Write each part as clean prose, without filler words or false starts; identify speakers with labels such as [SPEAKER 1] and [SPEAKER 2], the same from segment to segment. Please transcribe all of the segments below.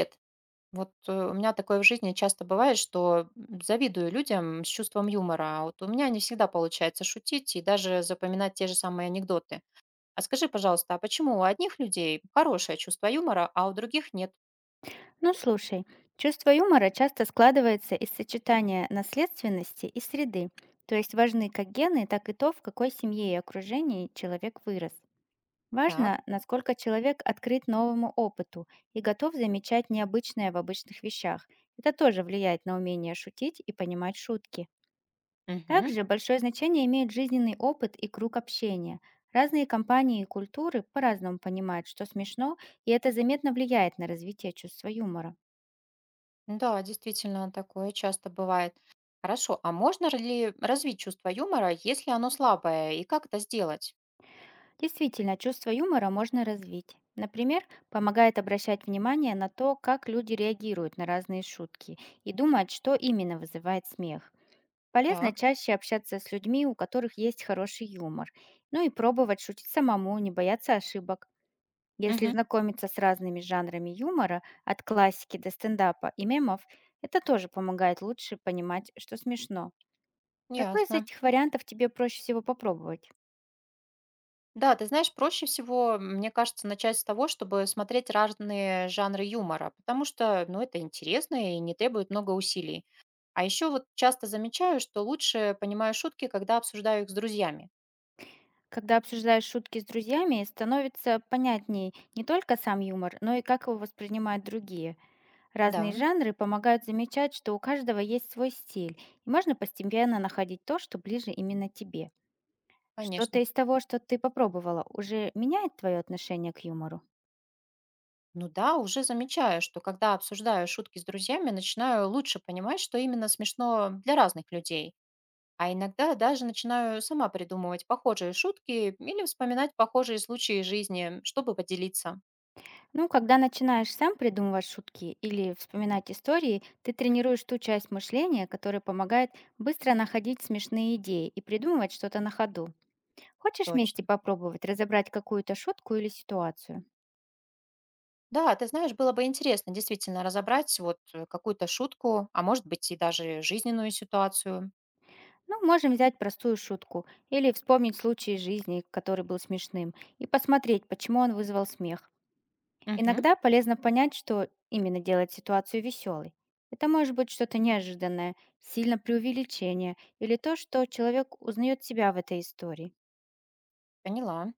[SPEAKER 1] Привет. У меня такое в жизни часто бывает, что завидую людям с чувством юмора. Вот у меня не всегда получается шутить и даже запоминать те же самые анекдоты. А скажи, пожалуйста, а почему у одних людей хорошее чувство юмора, а у других нет?
[SPEAKER 2] Ну слушай, чувство юмора часто складывается из сочетания наследственности и среды, то есть важны как гены, так и то, в какой семье и окружении человек вырос.
[SPEAKER 1] Так.
[SPEAKER 2] Важно, насколько человек открыт новому опыту и готов замечать необычное в обычных вещах. Это тоже влияет на умение шутить и понимать шутки.
[SPEAKER 1] Мгм.
[SPEAKER 2] Также большое значение имеет жизненный опыт и круг общения. Разные компании и культуры по-разному понимают, что смешно, и это заметно влияет на развитие чувства юмора.
[SPEAKER 1] Да, действительно, такое часто бывает. Хорошо, а можно ли развить чувство юмора, если оно слабое, и как это сделать?
[SPEAKER 2] Действительно, чувство юмора можно развить. Например, помогает обращать внимание на то, как люди реагируют на разные шутки и думать, что именно вызывает смех. Полезно
[SPEAKER 1] Так.
[SPEAKER 2] чаще общаться с людьми, у которых есть хороший юмор. Ну и пробовать шутить самому, не бояться ошибок. Если
[SPEAKER 1] Мгм.
[SPEAKER 2] знакомиться с разными жанрами юмора, от классики до стендапа и мемов, это тоже помогает лучше понимать, что смешно. Какой из
[SPEAKER 1] Ясно.
[SPEAKER 2] этих вариантов тебе проще всего попробовать?
[SPEAKER 1] Да, ты знаешь, проще всего, мне кажется, начать с того, чтобы смотреть разные жанры юмора, потому что, ну, это интересно и не требует много усилий. А еще вот часто замечаю, что лучше понимаю шутки, когда обсуждаю их с друзьями.
[SPEAKER 2] Когда обсуждаешь шутки с друзьями, становится понятней не только сам юмор, но и как его воспринимают другие.
[SPEAKER 1] Да,
[SPEAKER 2] Разные жанры помогают замечать, что у каждого есть свой стиль, и можно постепенно находить то, что ближе именно тебе. Что-то
[SPEAKER 1] конечно.
[SPEAKER 2] из того, что ты попробовала, уже меняет твое отношение к юмору?
[SPEAKER 1] Ну да, уже замечаю, что когда обсуждаю шутки с друзьями, начинаю лучше понимать, что именно смешно для разных людей. А иногда даже начинаю сама придумывать похожие шутки или вспоминать похожие случаи жизни, чтобы поделиться.
[SPEAKER 2] Ну, когда начинаешь сам придумывать шутки или вспоминать истории, ты тренируешь ту часть мышления, которая помогает быстро находить смешные идеи и придумывать что-то на ходу. Хочешь вместе
[SPEAKER 1] Точно.
[SPEAKER 2] попробовать разобрать какую-то шутку или ситуацию?
[SPEAKER 1] Да, ты знаешь, было бы интересно действительно разобрать какую-то шутку, а может быть и даже жизненную ситуацию.
[SPEAKER 2] Ну, можем взять простую шутку или вспомнить случай из жизни, который был смешным, и посмотреть, почему он вызвал смех.
[SPEAKER 1] Мгм,
[SPEAKER 2] Иногда полезно понять, что именно делает ситуацию веселой. Это может быть что-то неожиданное, сильно преувеличение или то, что человек узнает себя в этой истории.
[SPEAKER 1] поняла.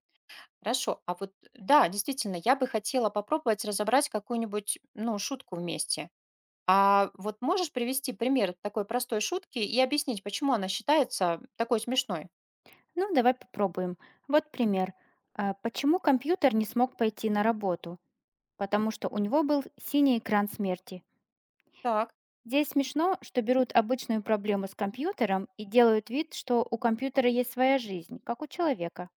[SPEAKER 1] Хорошо. А вот да, действительно, я бы хотела попробовать разобрать какую-нибудь, ну, шутку вместе. А вот можешь привести пример такой простой шутки и объяснить, почему она считается такой смешной?
[SPEAKER 2] Ну, давай попробуем. Вот пример. Почему компьютер не смог пойти на работу? Потому что у него был синий экран смерти.
[SPEAKER 1] Так.
[SPEAKER 2] Здесь смешно, что берут обычную проблему с компьютером и делают вид, что у компьютера есть своя жизнь, как у человека.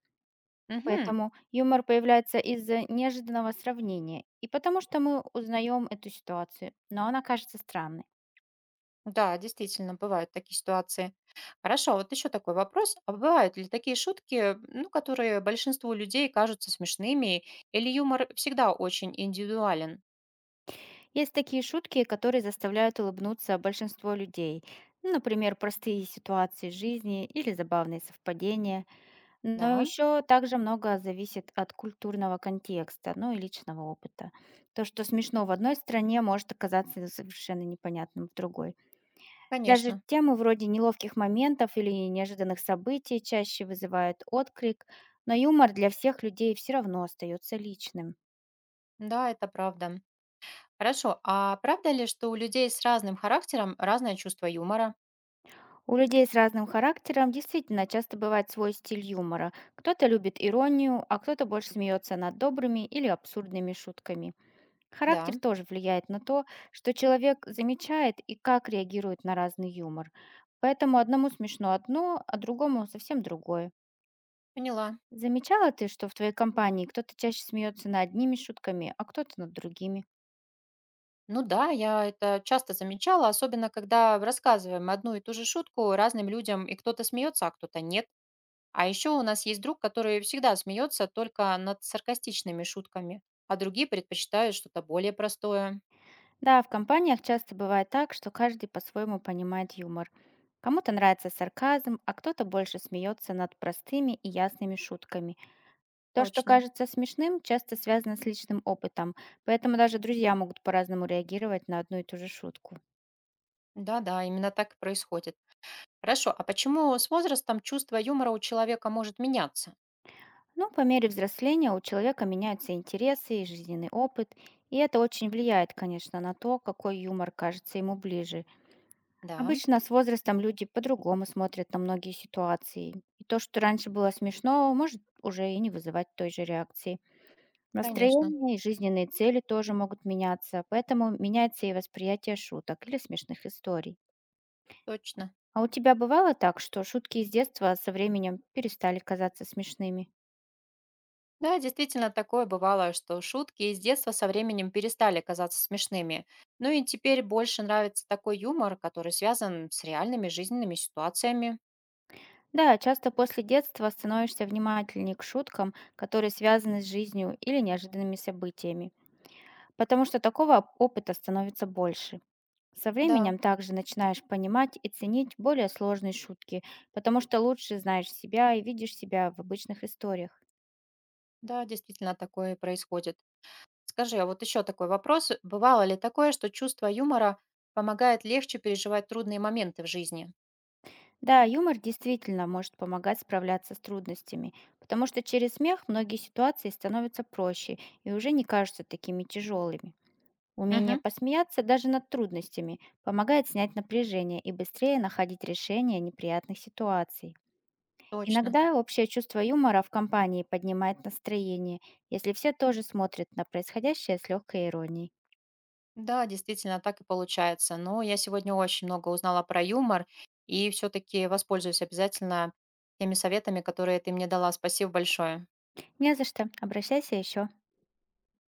[SPEAKER 1] Мгм.
[SPEAKER 2] Поэтому юмор появляется из-за неожиданного сравнения и потому, что мы узнаем эту ситуацию, но она кажется странной.
[SPEAKER 1] Да, действительно, бывают такие ситуации. Хорошо, вот еще такой вопрос. А бывают ли такие шутки, ну, которые большинству людей кажутся смешными, или юмор всегда очень индивидуален?
[SPEAKER 2] Есть такие шутки, которые заставляют улыбнуться большинство людей. Ну, например, простые ситуации жизни или забавные совпадения. Но
[SPEAKER 1] Да,
[SPEAKER 2] еще также много зависит от культурного контекста, ну и личного опыта. То, что смешно в одной стране, может оказаться совершенно непонятным в другой. Даже
[SPEAKER 1] конечно.
[SPEAKER 2] темы вроде неловких моментов или неожиданных событий чаще вызывают отклик, но юмор для всех людей все равно остается личным.
[SPEAKER 1] Да, это правда. Хорошо, а правда ли, что у людей с разным характером разное чувство юмора?
[SPEAKER 2] У людей с разным характером действительно часто бывает свой стиль юмора. Кто-то любит иронию, а кто-то больше смеется над добрыми или абсурдными шутками. Характер
[SPEAKER 1] Да,
[SPEAKER 2] тоже влияет на то, что человек замечает и как реагирует на разный юмор. Поэтому одному смешно одно, а другому совсем другое.
[SPEAKER 1] поняла.
[SPEAKER 2] Замечала ты, что в твоей компании кто-то чаще смеется над одними шутками, а кто-то над другими?
[SPEAKER 1] Ну да, я это часто замечала, особенно когда рассказываем одну и ту же шутку разным людям, и кто-то смеется, а кто-то нет. А еще у нас есть друг, который всегда смеется только над саркастичными шутками, а другие предпочитают что-то более простое.
[SPEAKER 2] Да, в компаниях часто бывает так, что каждый по-своему понимает юмор. Кому-то нравится сарказм, а кто-то больше смеется над простыми и ясными шутками. То, что
[SPEAKER 1] Точно.
[SPEAKER 2] кажется смешным, часто связано с личным опытом, поэтому даже друзья могут по-разному реагировать на одну и ту же шутку.
[SPEAKER 1] Да-да, именно так и происходит. Хорошо, а почему с возрастом чувство юмора у человека может меняться?
[SPEAKER 2] Но по мере взросления у человека меняются интересы и жизненный опыт, и это очень влияет, конечно, на то, какой юмор кажется ему ближе.
[SPEAKER 1] Да,
[SPEAKER 2] Обычно с возрастом люди по-другому смотрят на многие ситуации, и то, что раньше было смешно, может уже и не вызывать той же реакции.
[SPEAKER 1] конечно,
[SPEAKER 2] Настроение и жизненные цели тоже могут меняться, поэтому меняется и восприятие шуток или смешных историй.
[SPEAKER 1] точно.
[SPEAKER 2] А у тебя бывало так, что шутки из детства со временем перестали казаться смешными?
[SPEAKER 1] Да, действительно, такое бывало, что шутки из детства со временем перестали казаться смешными. Ну и теперь больше нравится такой юмор, который связан с реальными жизненными ситуациями.
[SPEAKER 2] Да, часто после детства становишься внимательнее к шуткам, которые связаны с жизнью или неожиданными событиями, потому что такого опыта становится больше. Со
[SPEAKER 1] Да,
[SPEAKER 2] временем также начинаешь понимать и ценить более сложные шутки, потому что лучше знаешь себя и видишь себя в обычных историях.
[SPEAKER 1] да, действительно, такое происходит. Скажи, а вот еще такой вопрос. Бывало ли такое, что чувство юмора помогает легче переживать трудные моменты в жизни?
[SPEAKER 2] Да, юмор действительно может помогать справляться с трудностями, потому что через смех многие ситуации становятся проще и уже не кажутся такими тяжелыми. Умение
[SPEAKER 1] Мгм.
[SPEAKER 2] посмеяться даже над трудностями помогает снять напряжение и быстрее находить решение неприятных ситуаций.
[SPEAKER 1] Точно.
[SPEAKER 2] Иногда общее чувство юмора в компании поднимает настроение, если все тоже смотрят на происходящее с легкой иронией.
[SPEAKER 1] Да, действительно, так и получается. Но я сегодня очень много узнала про юмор и все-таки воспользуюсь обязательно теми советами, которые ты мне дала. Спасибо большое.
[SPEAKER 2] Не за что, обращайся еще.